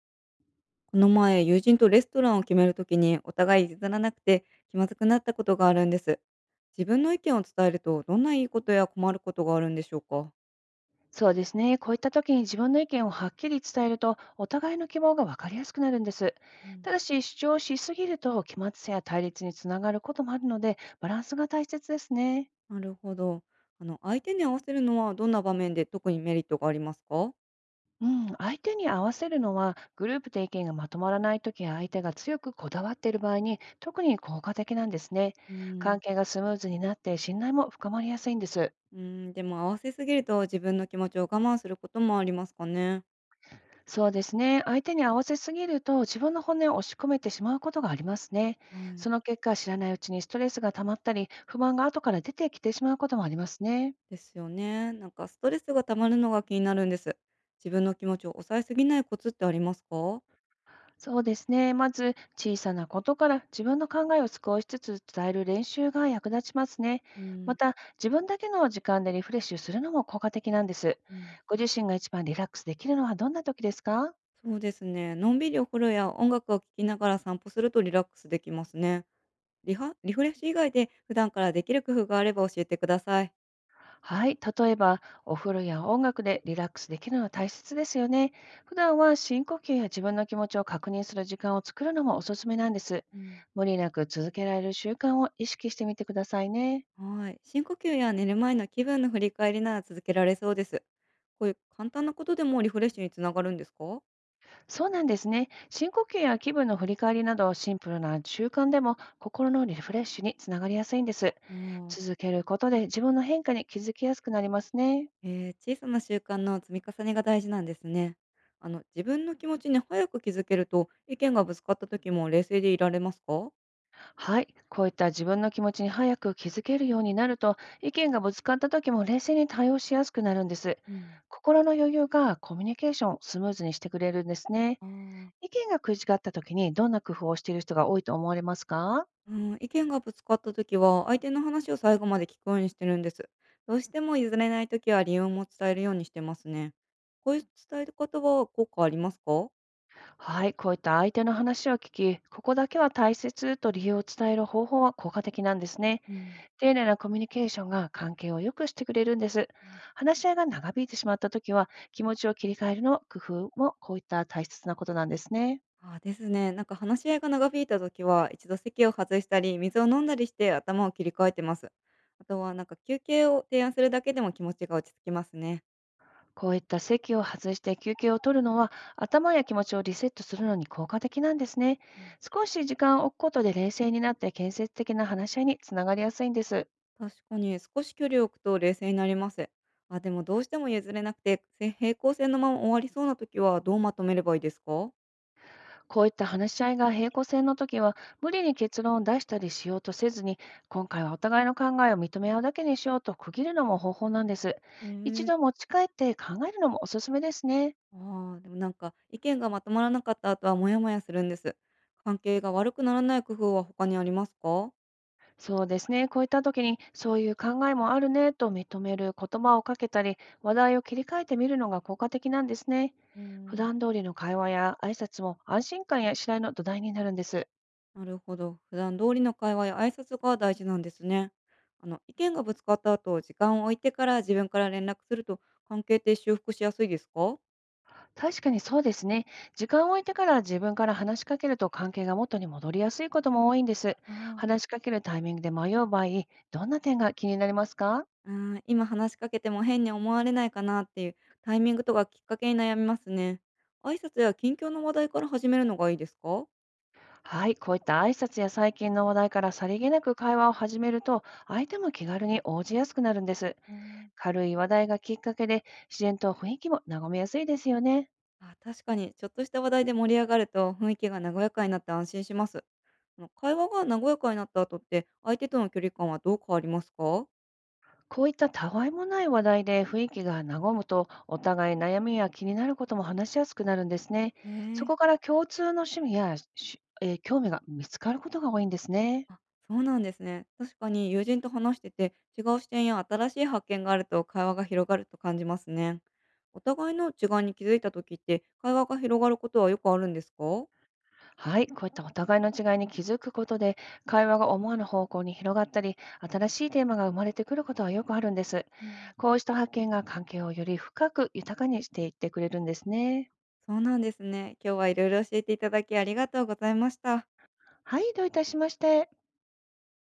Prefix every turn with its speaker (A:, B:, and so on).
A: この前、友人とレストランを決めるときにお互い譲らなくて気まずくなったことがあるんです。自分の意見を伝えるとどんないいことや困ることがあるんでしょうか？
B: そうですね。こういった時に自分の意見をはっきり伝えると、お互いの希望が分かりやすくなるんです。
A: うん、
B: ただし、主張しすぎると、期末性や対立につながることもあるので、バランスが大切ですね。
A: なるほど。相手に合わせるのはどんな場面で特にメリットがありますか？
B: うん、相手に合わせるのは、グループで意見がまとまらない時や相手が強くこだわっている場合に、特に効果的なんですね。
A: うん、
B: 関係がスムーズになって、信頼も深まりやすいんです。
A: うん、でも合わせすぎると自分の気持ちを我慢することもありますかね。
B: そうですね。相手に合わせすぎると自分の骨を押し込めてしまうことがありますね。
A: は
B: そ
A: い。
B: の結果、知らないうちにストレスが溜まったり、不満が後から出てきてしまうこともありますね。
A: ですよね。なんかストレスが溜まるのが気になるんです。自分の気持ちを抑えすぎないコツってありますか？
B: そうですね。まず、小さなことから自分の考えを少しずつ伝える練習が役立ちますね。
A: う
B: ま
A: ん、
B: た、自分だけの時間でリフレッシュするのも効果的なんです。
A: うん。
B: ご自身が一番リラックスできるのはどんな時ですか？
A: そうですね。のんびりお風呂や音楽を聴きながら散歩するとリラックスできますね。リフレッシュ以外で普段からできる工夫があれば教えてください。
B: はい、例えばお風呂や音楽でリラックスできるのは大切ですよね。普段は深呼吸や自分の気持ちを確認する時間を作るのもおすすめなんです。
A: うん、
B: 無理なく続けられる習慣を意識してみてくださいね。
A: はい。深呼吸や寝る前の気分の振り返りなら続けられそうです。こういう簡単なことでもリフレッシュにつながるんですか？
B: そうなんですね。深呼吸や気分の振り返りなどシンプルな習慣でも心のリフレッシュにつながりやすいんです。
A: あー。
B: 続けることで自分の変化に気づきやすくなりますね。
A: 小さな習慣の積み重ねが大事なんですね。自分の気持ちに早く気づけると意見がぶつかった時も冷静でいられますか？
B: はい、こういった自分の気持ちに早く気づけるようになると、意見がぶつかった時も冷静に対応しやすくなるんです。
A: うん、
B: 心の余裕がコミュニケーションをスムーズにしてくれるんですね。
A: ああ、
B: 意見が食い違った時にどんな工夫をしている人が多いと思われますか？
A: うん、意見がぶつかった時は相手の話を最後まで聞くようにしてるんです。どうしても譲れない時は理由も伝えるようにしてますね。こういう伝え方は効果ありますか？
B: はい、こういった相手の話を聞き、ここだけは大切と理由を伝える方法は効果的なんですね。
A: うん、
B: 丁寧なコミュニケーションが関係を良くしてくれるんです。話し合いが長引いてしまった時は、気持ちを切り替えるの工夫もこういった大切なことなんですね。
A: ああ、ですね。なんか話し合いが長引いた時は一度席を外したり水を飲んだりして頭を切り替えてます。あとはなんか休憩を提案するだけでも気持ちが落ち着きますね。
B: こういった席を外して休憩を取るのは、頭や気持ちをリセットするのに効果的なんですね。
A: うん、
B: 少し時間を置くことで冷静になって建設的な話し合いにつながりやすいんです。
A: 確かに少し距離を置くと冷静になります。あ、でもどうしても譲れなくて、平行線のまま終わりそうな時はどうまとめればいいですか？
B: こういった話し合いが平行線の時は、無理に結論を出したりしようとせずに、今回はお互いの考えを認め合うだけにしようと区切るのも方法なんです。
A: え
B: 一
A: ー、
B: 度持ち帰って考えるのもおすすめですね。
A: ああ、でもなんか意見がまとまらなかった後はモヤモヤするんです。関係が悪くならない工夫は他にありますか？
B: そうですね。こういった時に、そういう考えもあるねと認める言葉をかけたり、話題を切り替えてみるのが効果的なんですね。
A: う
B: 普
A: ん、
B: 段通りの会話や挨拶も安心感や信頼の土台になるんです。
A: なるほど。普段通りの会話や挨拶が大事なんですね。意見がぶつかった後、時間を置いてから自分から連絡すると関係って修復しやすいですか？
B: 確かにそうですね。時間を置いてから自分から話しかけると関係が元に戻りやすいことも多いんです。
A: ああ、
B: 話しかけるタイミングで迷う場合、どんな点が気になりますか？
A: うん、今話しかけても変に思われないかなっていうタイミングとかきっかけに悩みますね。挨拶や近況の話題から始めるのがいいですか？
B: はい、こういった挨拶や最近の話題からさりげなく会話を始めると、相手も気軽に応じやすくなるんです。
A: うん、
B: 軽い話題がきっかけで、自然と雰囲気も和みやすいですよね。
A: あ、確かに、ちょっとした話題で盛り上がると雰囲気が和やかになって安心します。会話が和やかになった後って相手との距離感はどう変わりますか？
B: こういったたわいもない話題で雰囲気が和むと、お互い悩みや気になることも話しやすくなるんですね。
A: ね
B: そこか
A: え。
B: ら共通の趣味やしえー興味が見つかることが多いんですね。
A: あ、そうなんですね。確かに友人と話してて、違う視点や新しい発見があると会話が広がると感じますね。お互いの違いに気づいた時って、会話が広がることはよくあるんですか？
B: はい、こういったお互いの違いに気づくことで、会話が思わぬ方向に広がったり、新しいテーマが生まれてくることはよくあるんです。
A: うん。
B: こうした発見が関係をより深く豊かにしていってくれるんですね。
A: そうなんですね。今日はいろいろ教えていただきありがとうございました。
B: はい、どういたしまして。